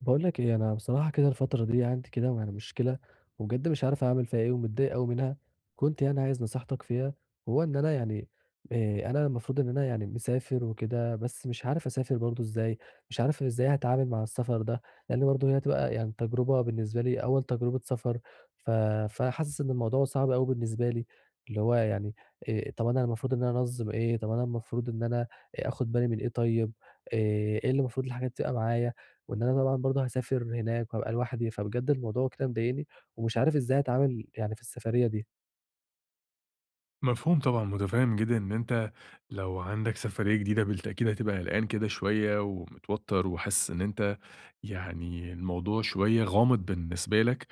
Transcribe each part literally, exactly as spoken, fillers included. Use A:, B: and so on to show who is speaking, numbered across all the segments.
A: باقول لك إيه، أنا بصراحة كده الفترة دي عندي كده يعني مشكلة، وبجد مش عارف أعمل فيها إيه ومتضايق أوي منها، كنت يعني عايز نصيحتك فيها. هو إن أنا يعني آآ أنا المفروض إن أنا يعني مسافر وكده، بس مش عارف أسافر برضه إزاي، مش عارف إزاي هاتعامل مع السفر ده، لإن برضه هي هتبقى يعني تجربة بالنسبة لي أول تجربة سفر. ف فحاسس إن الموضوع صعب أوي بالنسبة لي، اللي هو يعني آآ طَب أنا المفروض إن أنا أنظّم إيه، طَب أنا المفروض إن أنا آآ آخُد بالي من إيه طيب، آآ إيه اللي المفروض الحاجات تبقى معايا؟ وإن أنا طبعًا برضه هاسافر هناك وهابقى لوحدي، فبجد الموضوع كده مضايقني ومش عارف إزاي أتعامل يعني في السفرية دي.
B: مفهوم طبعًا، متفهم جدًا إن أنت لو عندك سفرية جديدة بالتأكيد هتبقى قلقان كده شوية ومتوتر وحاسس إن أنت يعني الموضوع شوية غامض بالنسبة لك،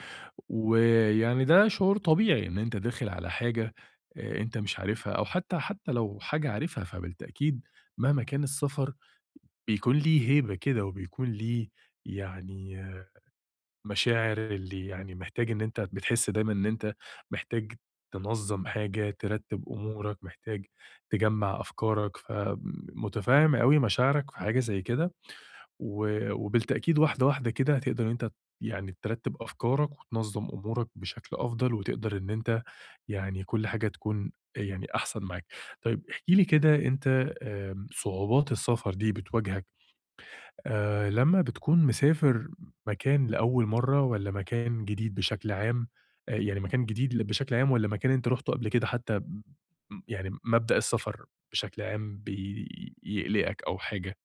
B: ويعني ده شعور طبيعي إن أنت داخل على حاجة آآ أنت مش عارفها أو حتى حتى لو حاجة عارفها فبالتأكيد مهما كان السفر بيكون ليه هيبة كده وبيكون ليه يعني مشاعر اللي يعني محتاج إن أنت بتحس دايمًا إن أنت محتاج تنظّم حاجة، ترتّب أمورك، محتاج تجمّع أفكارك، فمتفهّم أوي مشاعرك في حاجة زي كده، و وبالتأكيد واحدة، واحدة كده هتقدر إن أنت يعني ترتّب أفكارك وتنظّم أمورك بشكل أفضل، وتقدر إن أنت يعني كل حاجة تكون يعني أحسن معاك. طيب احكِ لي كده أنت، آمم، صعوبات السفر دي بتواجهك آآ لمّا بتكون مسافر مكان لأول مرّة والّا مكان جديد بشكل عام، آآ يعني مكان جديد ل بشكل عام والّا مكان أنت رُحته قبل كده حتى م يعني مبدأ السفر بشكل عام بيقلقك أو حاجة؟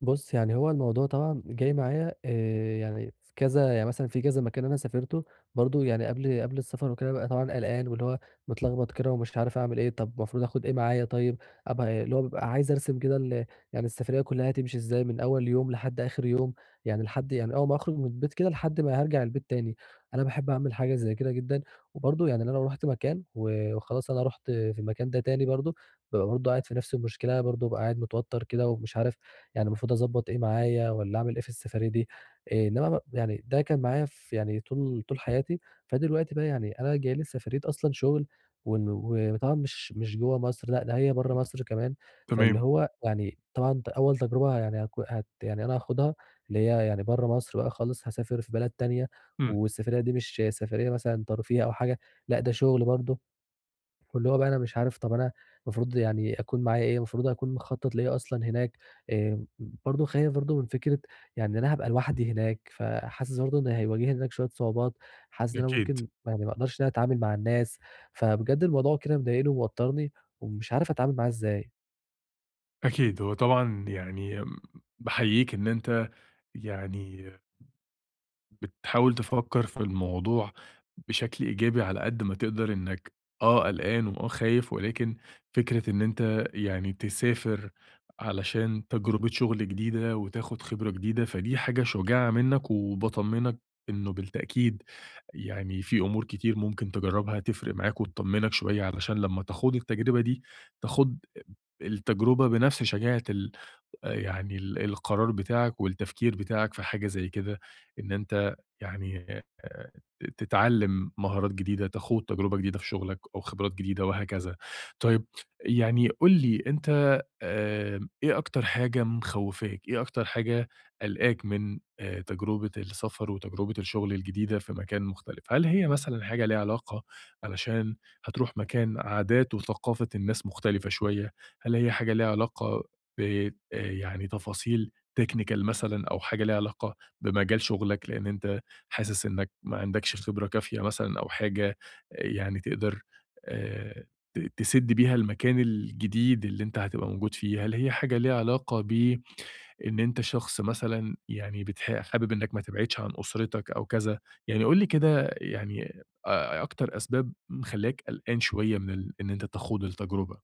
A: بُص، يعني هو الموضوع طبعًا جاي معايا آآ يعني في كذا يعني مثلًا في كذا مكان أنا سافرته برضه يعني قبل قبل السفر وكده بابقى طبعًا قلقان واللي هو متلخبط كده ومش عارف أعمل إيه، طب المفروض آخُد إيه معايا طيب، أبقى اللي هو بابقى عايز أرسم كده ال يعني السفرية كُلّها هتمشي إزاي من أول يوم لحد آخر يوم، يعني لحد يعني أول ما أخرج من البيت كده لحد ما هارجع البيت تاني. أنا باحب أعمل حاجة زي كده جدًا، وبرضه يعني أنا لو رُحت مكان و وخلاص أنا رُحت في المكان ده تاني برضه، بابقى برضه قاعد في نفس المشكلة، برضه بابقى قاعد متوتر كده ومش عارف يعني المفروض أضبّط إيه معايا والّا أعمل إيه في السفرية دي، آآ، إنما ب يعني ده كان معايا في يعني طول طول حياتي، فدلوقتي بقى يعني أنا جاي لي السفرية أصلًا شغل ون وطبعًا مش مش جوّه مصر لأ، ده هي برّه مصر كمان، فاللي
B: تمام.
A: هو يعني طبعًا ت أول تجربة يعني هاك هت يعني أنا هاخدها اللي هي يعني برّه مصر بقى خالص، هاسافر في بلد تانية
B: إمم.
A: والسفرية دي مش سفرية مثلًا ترفيه أو حاجة، لأ ده شغل برضه. واللي هو بقى أنا مش عارف طَب أنا المفروض يعني أكون معايا إيه، المفروض أكون مخطّط لإيه أصلًا هناك. آآ برضه خايف برضه من فكرة يعني إن أنا هابقى لوحدي هناك، فحاسس برضه إن هيواجهني هناك شوية صعوبات، حاسس إن أنا
B: أكيد.
A: ممكن يعني ما أقدرش إن أنا أتعامل مع الناس، فبجد الموضوع كده مضايقني وموتّرني ومش عارف أتعامل معاه إزاي.
B: أكيد. هو طبعًا يعني، آمم باحييك إن أنت يعني بتحاول تفكّر في الموضوع بشكل إيجابي على قد ما تقدر، إنّك آه قلقان وآه خايف، ولكن فكرة إن أنت يعني تسافر علشان تجربة شغل جديدة وتاخد خبرة جديدة، فدي حاجة شجاعة منّك وباطمّنك إنه بالتأكيد يعني في أمور كتير ممكن تجرّبها تفرق معاك وتطمّنك شوية، علشان لمّا تخوض التجربة دي، تخوض التجربة بنفس شجاعة ال آآ يعني ال القرار بتاعك والتفكير بتاعك في حاجة زي كده، إن أنت يعني آآ ت تتعلّم مهارات جديدة، تخوض تجربة جديدة في شغلك أو خبرات جديدة وهكذا. طيب يعني قُل لي أنت، آمم إيه أكتر حاجة مخوّفاك، إيه أكتر حاجة قالقاك من آآ تجربة السفر وتجربة الشغل الجديدة في مكان مختلف؟ هل هي مثلًا حاجة ليها علاقة علشان هتروح مكان عادات وثقافة الناس مختلفة شوية؟ هل هي حاجة ليها علاقة ب آآ يعني تفاصيل technical مثلًا، أو حاجة ليها علاقة بمجال شغلك، لإن أنت حاسس إنك ما عندكش خبرة كافية مثلًا أو حاجة آه، يعني تقدر آآ ت تسِد بيها المكان الجديد اللي أنت هتبقى موجود فيه، هل هي حاجة ليها علاقة بإن أنت شخص مثلًا يعني بتح حابب إنك ما تبعدش عن أسرتك أو كذا؟ يعني قُل لي كده يعني أ أكتر أسباب مخلّاك قلقان شوية من ال إن أنت تخوض التجربة؟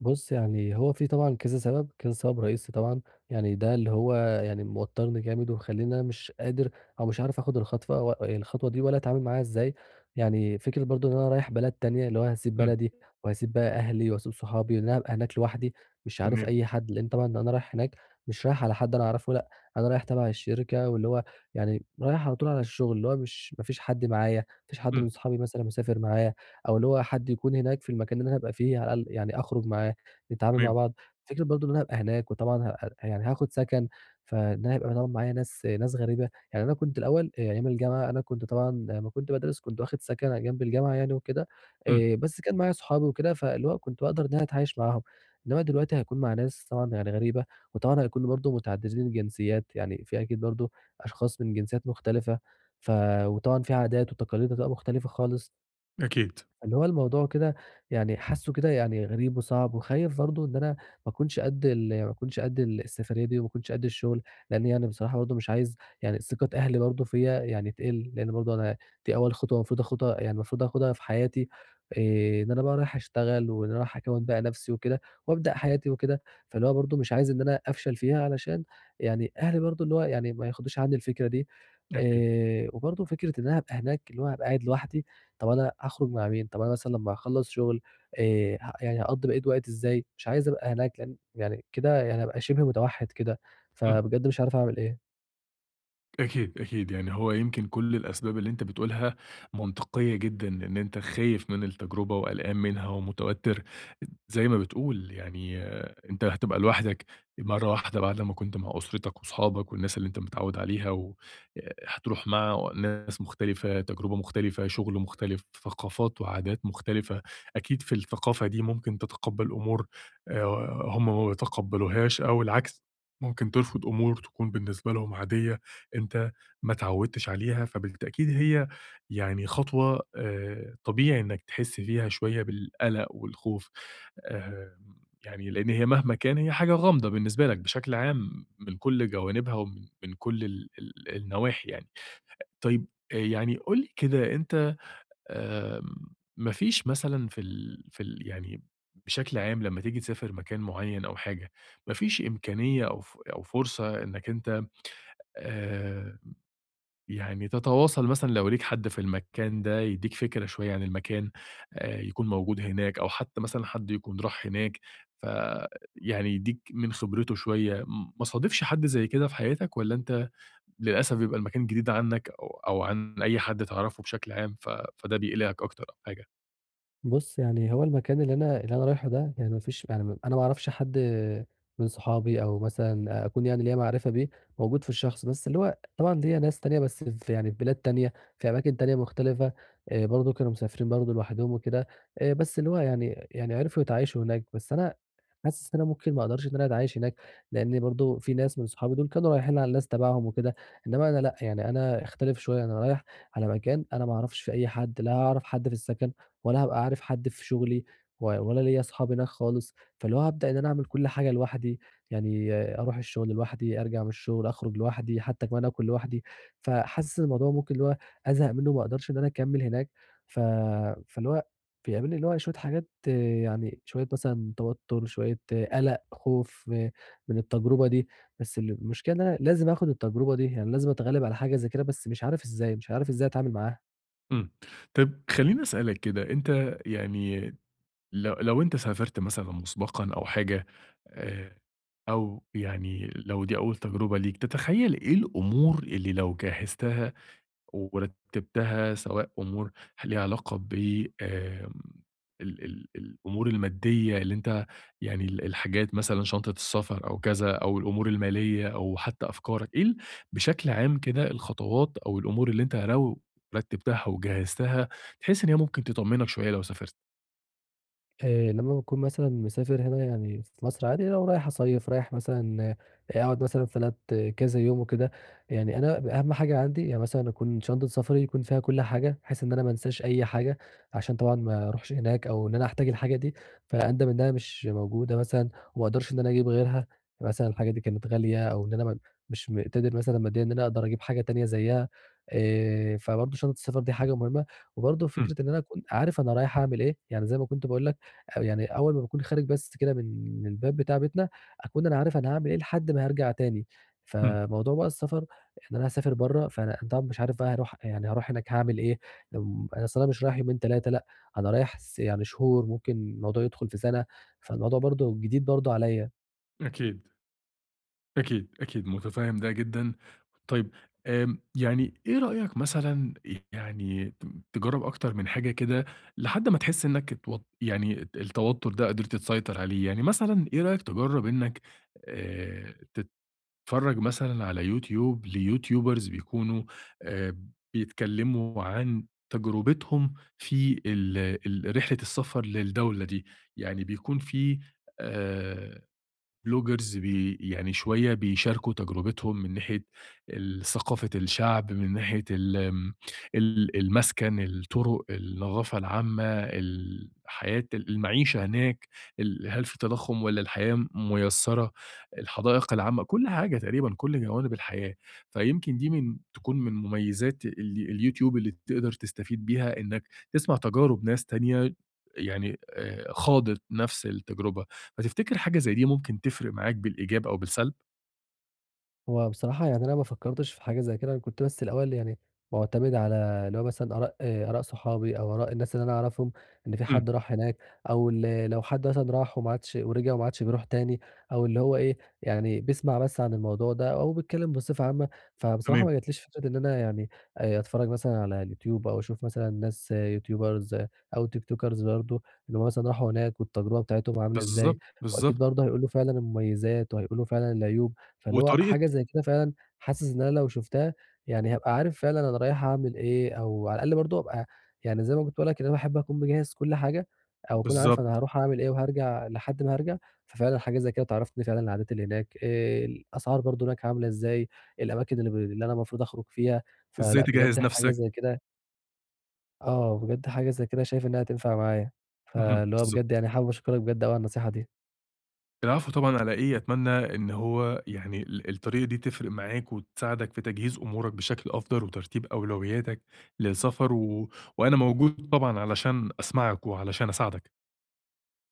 A: بُص، يعني هو في طبعًا كذا سبب، كذا سبب رئيسي طبعًا، يعني ده اللي هو يعني موتّرني جامد ومخلّيني أنا مش قادر أو مش عارف آخُد الخطوة و الخطوة دي ولا أتعامل معاها إزاي، يعني فكرة برضه إن أنا رايح بلد تانية، اللي هو هاسيب
B: إمم.
A: بلدي وهاسيب بقى أهلي وهاسيب صحابي، وإن أنا هابقى هناك لوحدي مش عارف
B: تمام.
A: أي حد، لإن طبعًا أنا رايح هناك مش رايح على حد أنا أعرفه لأ، أنا رايح تبع الشركة واللي هو يعني رايح على طول على الشغل، اللي هو مش ما فيش حد معايا، ما فيش حد من
B: إمم.
A: صحابي مثلًا مسافر معايا، أو اللي هو حد يكون هناك في المكان اللي أنا هابقى فيه على الأقل يعني أخرج معاه. نتعامل مع
B: تمام.
A: بعض. فكرة برضه إن أنا هابقى هناك وطبعًا ه يعني هاخد سكن، فإن أنا هيبقى طبعًا معايا ناس ناس غريبة، يعني أنا كنت الأول آآ أيام الجامعة أنا كنت طبعًا لمّا كنت بادرس كنت واخد سكن على جنب الجامعة يعني وكده،
B: إمم.
A: آآ بس كان معايا صحابي وكده، فاللي هو كنت باقدر إن أنا أتعايش معاهم، إنما دلوقتي هاكون مع ناس طبعًا يعني غريبة، وطبعًا هيكونوا برضه متعددين الجنسيات، يعني في أكيد برضه أشخاص من جنسيات مختلفة. ف وطبعًا في عادات وتقاليد هتبقى مختلفة خالص.
B: أكيد.
A: فاللي هو الموضوع كده يعني حاسّه كده يعني غريب وصعب، وخايف برضه إن أنا ما أكونش قد ال ما أكونش قد ال السفرية دي وما أكونش قد الشغل، لإن يعني بصراحة برضه مش عايز يعني ثقة أهلي برضه فيّا يعني تقِل، لإن برضه أنا دي أول خطوة المفروض آخُدها يعني المفروض آخُدها في حياتي، آآ، إن أنا بقى رايح أشتغل وإن أنا رايح أكوّن بقى نَفْسي وكده وأبدأ حياتي وكده، فاللي هو برضه مش عايز إن أنا أفشل فيها علشان يعني أهلي برضه اللي هو يعني ما ياخدوش عنّي الفكرة دي.
B: أكيد.
A: آآ، وبرضه فكرة إن أنا هابقى هناك اللي هو هابقى قاعد لوحدي، طب أنا هاخرج مع مين، طب أنا مثلًا لمّا هاخلّص شغل، آآ، ه يعني هاقضّي بقية وقتي إزاي، مش عايز أبقى هناك لإن يعني كده يعني هابقى شِبه متوحِّد كده،
B: إمم.
A: فبجد مش عارف أعمل إيه.
B: أكيد، أكيد، يعني هو يمكن كل الأسباب اللي أنت بتقولها منطقية جدًا، لإن أنت خايف من التجربة وقلقان منها ومتوتر، زي ما بتقول يعني آه، أنت هتبقى لوحدك مرة واحدة بعد لمّا كنت مع أسرتك وأصحابك والناس اللي أنت متعوّد عليها، و آآ هتروح مع ناس مختلفة، تجربة مختلفة، شغل مختلف، ثقافات وعادات مختلفة، أكيد في الثقافة دي ممكن تتقبّل أمور آآ هم ما بيتقبّلوهاش أو العكس، ممكن ترفض أمور تكون بالنسبة لهم عادية. أنت ما اتعودتش عليها، فبالتأكيد هي يعني خطوة، آآ، طبيعي إنك تحس فيها شوية بالقلق والخوف. آمم، يعني لأن هي مهما كان هي حاجة غامضة بالنسبة لك بشكل عام من كل جوانبها ومن من كل ال ال النواحي يعني. طيب آآ، يعني قُل لي كده أنت، آمم، ما فيش مثلًا في ال في ال يعني بشكل عام لمّا تيجي تسافر مكان معين أو حاجة، ما فيش إمكانية أو ف أو فرصة إنك أنت آآ يعني تتواصل مثلًا لو ليك حد في المكان ده يدّيك فكرة شوية عن المكان، آآ يكون موجود هناك أو حتى مثلًا حد يكون راح هناك، ف يعني يدّيك من خبرته شوية، م ما صادفش حد زي كده في حياتك والّا أنت للأسف بيبقى المكان جديد عنّك أو أو عن أي حد تعرفه بشكل عام ف فده بيقلقك أكتر أو حاجة؟
A: بُص، يعني هو المكان اللي أنا اللي أنا رايحه ده يعني ما فيش يعني أنا ما أعرفش حد من صحابي أو مثلًا أكون يعني ليّا معرفة بيه موجود في الشخص، بس اللي هو طبعًا ليّا ناس تانية بس في يعني في بلاد تانية، في أماكن تانية مختلفة، آآ برضه كانوا مسافرين برضه لوحدهم وكده، آآ بس اللي هو يعني يعني عرفوا يتعايشوا هناك، بس أنا حاسس إن أنا ممكن ما أقدرش إن أنا أتعايش هناك، لإن برضه في ناس من صحابي دول كانوا رايحين على الناس تبعهم وكده، إنما أنا لأ، يعني أنا أختلف شوية، أنا رايح على مكان أنا ما أعرفش فيه أي حد، لا أعرف حد في السكن ولا هابقى عارف حد في شغلي و ولا ليّا أصحاب هناك خالص، فاللي هو هابدأ إن أنا أعمل كل حاجة لوحدي، يعني أروح الشغل لوحدي، أرجع من الشغل، أخرج لوحدي، حتى كمان آكل لوحدي، فحاسس إن الموضوع ممكن اللي هو أزهق منه وما أقدرش إن أنا أكمّل هناك. ف فاللي هو بيقابلني اللي هو شوية حاجات آه، يعني شوية مثلًا توتر، شوية آه، قلق، خوف آه، من التجربة دي، بس المشكلة إن أنا لازم آخد التجربة دي، يعني لازم أتغلب على حاجة زي كده، بس مش عارف إزاي، مش عارف إزاي أتعامل معاها.
B: إمم. طب خلّيني أسألك كده، أنت يعني لو لو أنت سافرت مثلًا مسبقًا أو حاجة، آآ، أو يعني لو دي أول تجربة ليك، تتخيل إيه الأمور اللي لو جهزتها ورتبتها، سواء أمور ليها علاقة ب، آمم، ال ال الأمور المادية اللي أنت يعني ال الحاجات مثلًا شنطة السفر أو كذا، أو الأمور المالية أو حتى أفكارك، إيه ال بشكل عام كده الخطوات أو الأمور اللي أنت لو رتبتها وجهزتها، تحس إن هي ممكن تطمنك شوية لو سافرت؟
A: آآ لمّا باكون مثلًا مسافر هنا يعني في مصر عادي، لو رايح أصيّف، رايح مثلًا آه، أقعد مثلًا في بلد آه، كذا يوم وكده، يعني أنا أهم حاجة عندي يعني مثلًا أكون شنطة سفري يكون فيها كل حاجة، بحيث إن أنا ما انساش أي حاجة، عشان طبعًا ما أروحش هناك أو إن أنا أحتاج الحاجة دي فأندم إنها مش موجودة مثلًا، وما أقدرش إن أنا أجيب غيرها، مثلًا الحاجة دي كانت غالية أو إن أنا م مش م قادر مثلًا ماديًا إن أنا أقدر أجيب حاجة تانية زيها. آآ فبرضه شنطة السفر دي حاجة مهمة، وبرضه
B: إمم.
A: فكرة إن أنا أكون عارف أنا رايح أعمل إيه، يعني زي ما كنت باقول لك أو يعني أول ما باكون خارج بس كده من من الباب بتاع بيتنا، أكون أنا عارف أنا هاعمل إيه لحد ما هارجع تاني.
B: إمم.
A: فموضوع بقى السفر إن أنا هاسافر برّه، فأنا طبعًا مش عارف بقى هاروح يعني هاروح هناك هاعمل إيه، آمم، أصل أنا مش رايح يومين، تلاتة لأ، أنا رايح س يعني شهور، ممكن الموضوع يدخل في سَنة، فالموضوع برضه جديد برضه عليّا.
B: أكيد، أكيد، أكيد، متفهم ده جدًا. طيب آمم، يعني إيه رأيك مثلًا يعني ت تجرّب أكتر من حاجة كده لحد ما تحس إنك اتوت يعني الت التوتر ده قدرت تسيطر عليه، يعني مثلًا إيه رأيك تجرّب إنك آآ، تتفرّج مثلًا على يوتيوب ليوتيوبرز بيكونوا آآ، بيتكلموا عن تجربتهم في ال ال رحلة السفر للدولة دي، يعني بيكون في آآ بلوجرز بي يعني شوية بيشاركوا تجربتهم من ناحية ال ثقافة الشعب، من ناحية ال آمم، ال المسكن، الطرق، النظافة العامة، ال حياة ال المعيشة هناك، ال هل في تضخُّم والّا الحياة مُيسّرة، الحدائق العامة، كل حاجة تقريبًا، كل جوانب الحياة. فيمكن دي من تكون من مميزات ال الYouTube اللي تقدر تستفيد بيها إنّك تسمع تجارب ناس تانية يعني آآ خاضت نفس التجربة. فتفتكر حاجة زي دي ممكن تفرق معاك بالإيجاب أو بالسلب؟
A: هو بصراحة يعني أنا ما فكّرتش في حاجة زي كده، أنا كنت بس الأول يعني مُعتمد على اللي هو مثلًا آراء آه، آراء صحابي أو آراء الناس اللي أنا أعرفهم، إن في
B: إمم.
A: حد راح هناك أو ال لو حد مثلًا راح وما عادش ورجع وما عادش بيروح تاني، أو اللي هو إيه، يعني بيسمع بس عن الموضوع ده أو بيتكلّم بصفة عامة، فبصراحة
B: تمام.
A: ما جاتليش فكرة إن أنا يعني آآ أتفرّج مثلًا على اليوتيوب أو أشوف مثلًا ناس آه، يوتيوبرز آه، أو تيك توكرز برضه، إن هُم مثلًا راحوا هناك والتجربة بتاعتهم عاملة إزاي،
B: بالضبط،
A: وأكيد
B: بالضبط.
A: برضه هيقولوا فعلًا المميزات وهيقولوا فعلًا العيوب. فاللي هو
B: وطريقة،
A: حاجة زي كده فعلًا حاسس إن أنا لو شُفتها يعني هابقى عارف فعلًا أنا رايح أعمل إيه، أو على الأقل برضه أبقى يعني زي ما كنت باقول لك إن أنا باحب أكون مجهّز كل حاجة، أو أكون عارف
B: بالضبط،
A: أنا هاروح أعمل إيه وهارجع لحد ما هارجع، ففعلًا حاجة زي كده تعرّفتني فعلًا على العادات اللي هناك، آآ الأسعار برضه هناك عاملة إزاي، الأماكن اللي ب اللي أنا المفروض أخرج فيها،
B: إزاي
A: فلأ بجد
B: تجهّز
A: حاجة
B: نَفْسك.
A: زي كده آه، بجد حاجة زي كده شايف إنها هتنفع معايا،
B: اهم،
A: فاللي هو
B: بالضبط.
A: بجد يعني حابب أشكرك بجد أوي على النصيحة دي.
B: العفو طبعًا. على إيه، أتمنى إن هو يعني ال الطريقة دي تفرق معاك وتساعدك في تجهيز أمورك بشكل أفضل وترتيب أولوياتك للسفر، و وأنا موجود طبعًا علشان أسمعك وعلشان أساعدك.